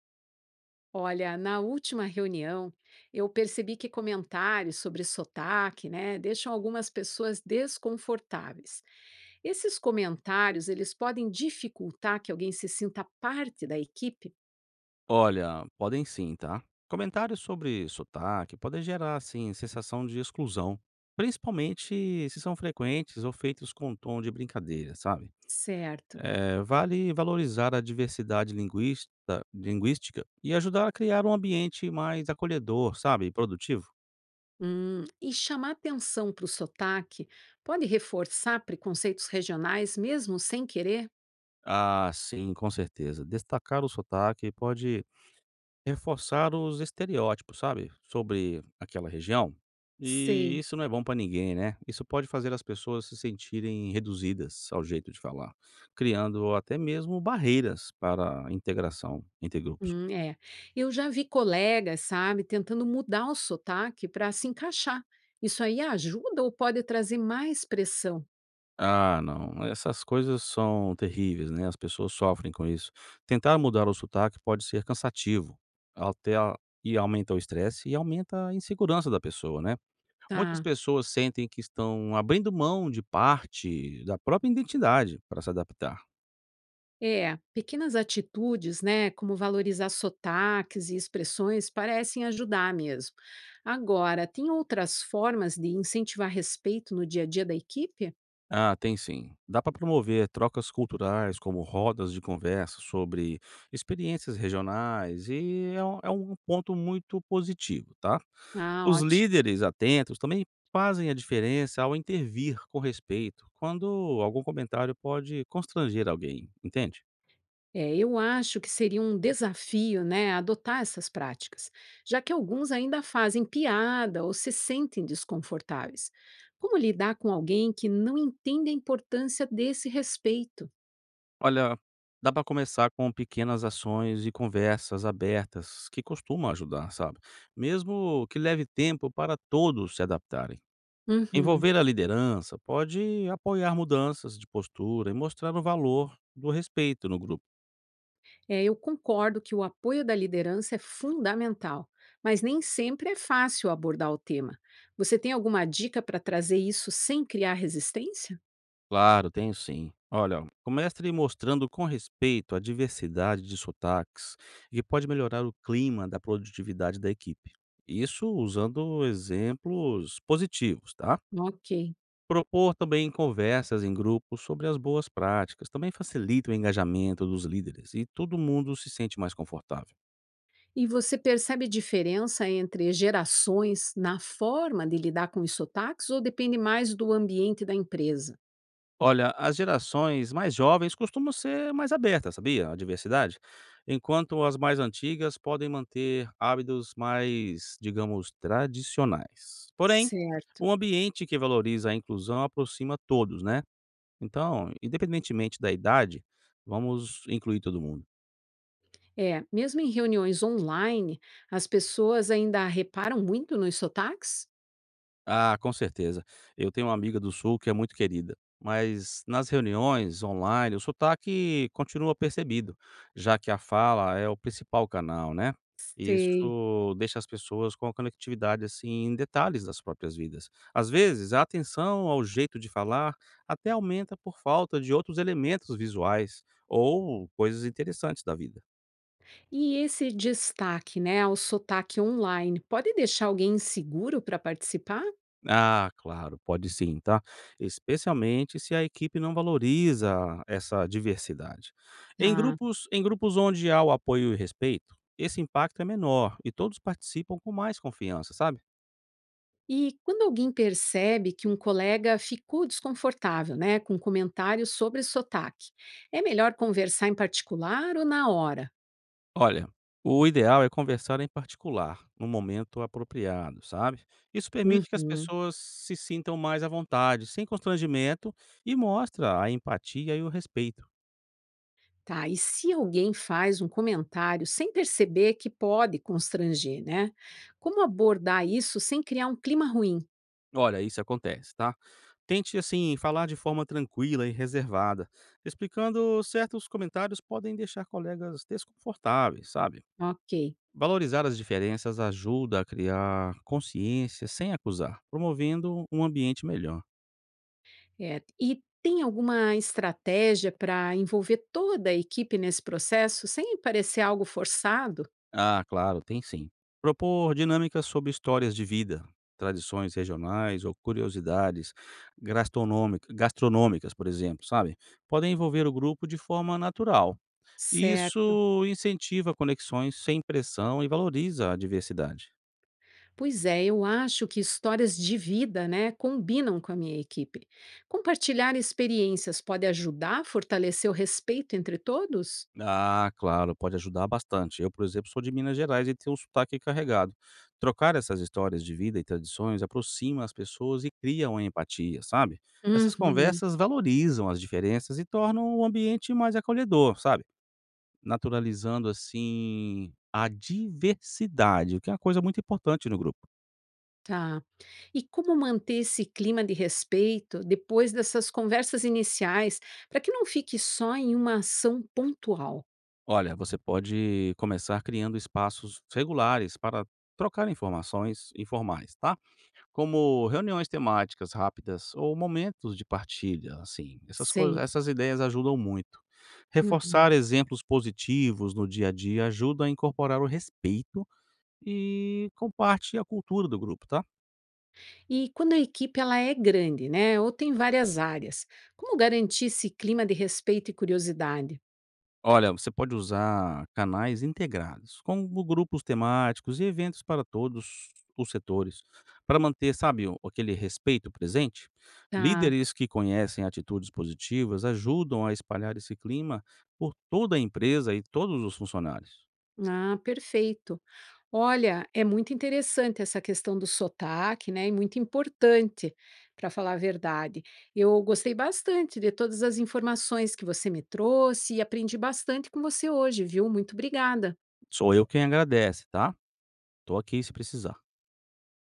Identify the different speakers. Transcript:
Speaker 1: Olha, na última reunião, eu percebi que comentários sobre sotaque, né, deixam algumas pessoas desconfortáveis. Esses comentários, eles podem dificultar que alguém se sinta parte da equipe?
Speaker 2: Olha, podem sim, tá? Comentários sobre sotaque podem gerar, assim, sensação de exclusão, principalmente se são frequentes ou feitos com tom de brincadeira, sabe?
Speaker 1: Certo.
Speaker 2: Vale valorizar a diversidade linguística e ajudar a criar um ambiente mais acolhedor, sabe? E produtivo.
Speaker 1: E chamar atenção para o sotaque pode reforçar preconceitos regionais mesmo sem querer?
Speaker 2: Ah, sim, com certeza. Destacar o sotaque pode reforçar os estereótipos, sabe, sobre aquela região, e
Speaker 1: Sei.
Speaker 2: isso não é bom para ninguém, né. Isso pode fazer as pessoas se sentirem reduzidas ao jeito de falar, criando até mesmo barreiras para a integração entre grupos.
Speaker 1: É. Eu já vi colegas, sabe, tentando mudar o sotaque para se encaixar. Isso aí ajuda ou pode trazer mais pressão?
Speaker 2: Ah, não, essas coisas são terríveis, né, as pessoas sofrem com isso. Tentar mudar o sotaque pode ser cansativo, até a- e aumenta o estresse e aumenta a insegurança da pessoa, né. Muitas
Speaker 1: Tá.
Speaker 2: pessoas sentem que estão abrindo mão de parte da própria identidade para se adaptar.
Speaker 1: É, pequenas atitudes, né, como valorizar sotaques e expressões, parecem ajudar mesmo. Agora, tem outras formas de incentivar respeito no dia a dia da equipe?
Speaker 2: Ah, tem sim. Dá para promover trocas culturais, como rodas de conversa sobre experiências regionais, e é um ponto muito positivo, tá?
Speaker 1: Ah,
Speaker 2: Os
Speaker 1: ótimo.
Speaker 2: líderes atentos também fazem a diferença ao intervir com respeito quando algum comentário pode constranger alguém, entende?
Speaker 1: É, eu acho que seria um desafio, né, adotar essas práticas, já que alguns ainda fazem piada ou se sentem desconfortáveis. Como lidar com alguém que não entende a importância desse respeito?
Speaker 2: Olha, dá para começar com pequenas ações e conversas abertas que costumam ajudar, sabe? Mesmo que leve tempo para todos se adaptarem.
Speaker 1: Uhum.
Speaker 2: Envolver a liderança pode apoiar mudanças de postura e mostrar o valor do respeito no grupo.
Speaker 1: É, eu concordo que o apoio da liderança é fundamental, mas nem sempre é fácil abordar o tema. Você tem alguma dica para trazer isso sem criar resistência?
Speaker 2: Claro, tenho sim. Olha, comece mostrando com respeito a diversidade de sotaques, que pode melhorar o clima da produtividade da equipe. Isso usando exemplos positivos, tá?
Speaker 1: Ok.
Speaker 2: Propor também conversas em grupos sobre as boas práticas também facilita o engajamento dos líderes e todo mundo se sente mais confortável.
Speaker 1: E você percebe diferença entre gerações na forma de lidar com os sotaques ou depende mais do ambiente da empresa?
Speaker 2: Olha, as gerações mais jovens costumam ser mais abertas, sabia? A diversidade, enquanto as mais antigas podem manter hábitos mais, digamos, tradicionais. Porém,
Speaker 1: Certo.
Speaker 2: um ambiente que valoriza a inclusão aproxima todos, né? Então, independentemente da idade, vamos incluir todo mundo.
Speaker 1: É, mesmo em reuniões online, as pessoas ainda reparam muito nos sotaques?
Speaker 2: Ah, com certeza. Eu tenho uma amiga do Sul que é muito querida, mas nas reuniões online o sotaque continua percebido, já que a fala é o principal canal, né?
Speaker 1: Sei.
Speaker 2: Isso deixa as pessoas com a conectividade assim em detalhes das próprias vidas. Às vezes, a atenção ao jeito de falar até aumenta por falta de outros elementos visuais ou coisas interessantes da vida.
Speaker 1: E esse destaque, né, ao sotaque online, pode deixar alguém inseguro para participar?
Speaker 2: Ah, claro, pode sim, tá? Especialmente se a equipe não valoriza essa diversidade.
Speaker 1: Tá.
Speaker 2: Em grupos onde há o apoio e respeito, esse impacto é menor e todos participam com mais confiança, sabe?
Speaker 1: E quando alguém percebe que um colega ficou desconfortável, né, com comentários sobre sotaque, é melhor conversar em particular ou na hora?
Speaker 2: Olha, o ideal é conversar em particular, no momento apropriado, sabe? Isso permite que as
Speaker 1: Uhum.
Speaker 2: pessoas se sintam mais à vontade, sem constrangimento, e mostra a empatia e o respeito.
Speaker 1: Tá, e se alguém faz um comentário sem perceber que pode constranger, né? Como abordar isso sem criar um clima ruim?
Speaker 2: Olha, isso acontece, tá? Tente, assim, falar de forma tranquila e reservada, explicando certos comentários podem deixar colegas desconfortáveis, sabe?
Speaker 1: Ok.
Speaker 2: Valorizar as diferenças ajuda a criar consciência sem acusar, promovendo um ambiente melhor.
Speaker 1: É, e tem alguma estratégia para envolver toda a equipe nesse processo sem parecer algo forçado?
Speaker 2: Ah, claro, tem sim. Propor dinâmicas sobre histórias de vida, tradições regionais ou curiosidades gastronômicas, por exemplo, sabe? Podem envolver o grupo de forma natural. E
Speaker 1: Certo.
Speaker 2: isso incentiva conexões sem pressão e valoriza a diversidade.
Speaker 1: Pois é, eu acho que histórias de vida, né, combinam com a minha equipe. Compartilhar experiências pode ajudar a fortalecer o respeito entre todos?
Speaker 2: Ah, claro, pode ajudar bastante. Eu, por exemplo, sou de Minas Gerais e tenho um sotaque carregado. Trocar essas histórias de vida e tradições aproxima as pessoas e cria uma empatia, sabe? Essas
Speaker 1: Uhum,
Speaker 2: conversas valorizam as diferenças e tornam o ambiente mais acolhedor, sabe? Naturalizando assim a diversidade, o que é uma coisa muito importante no grupo.
Speaker 1: tá. E como manter esse clima de respeito depois dessas conversas iniciais, para que não fique só em uma ação pontual?
Speaker 2: Olha, você pode começar criando espaços regulares para trocar informações informais, tá? Como reuniões temáticas rápidas ou momentos de partilha, assim.
Speaker 1: Sei.
Speaker 2: Essas ideias ajudam muito.
Speaker 1: Uhum.
Speaker 2: Reforçar exemplos positivos no dia a dia ajuda a incorporar o respeito e comparte a cultura do grupo, tá?
Speaker 1: E quando a equipe ela é grande, né, ou tem várias áreas, como garantir esse clima de respeito e curiosidade?
Speaker 2: Olha, você pode usar canais integrados, como grupos temáticos e eventos para todos os setores, para manter, sabe, aquele respeito presente.
Speaker 1: Tá.
Speaker 2: Líderes que conhecem atitudes positivas ajudam a espalhar esse clima por toda a empresa e todos os funcionários.
Speaker 1: Ah, perfeito. Olha, é muito interessante essa questão do sotaque, né? E muito importante, para falar a verdade. Eu gostei bastante de todas as informações que você me trouxe e aprendi bastante com você hoje, viu? Muito obrigada.
Speaker 2: Sou eu quem agradece, tá? Tô aqui se precisar.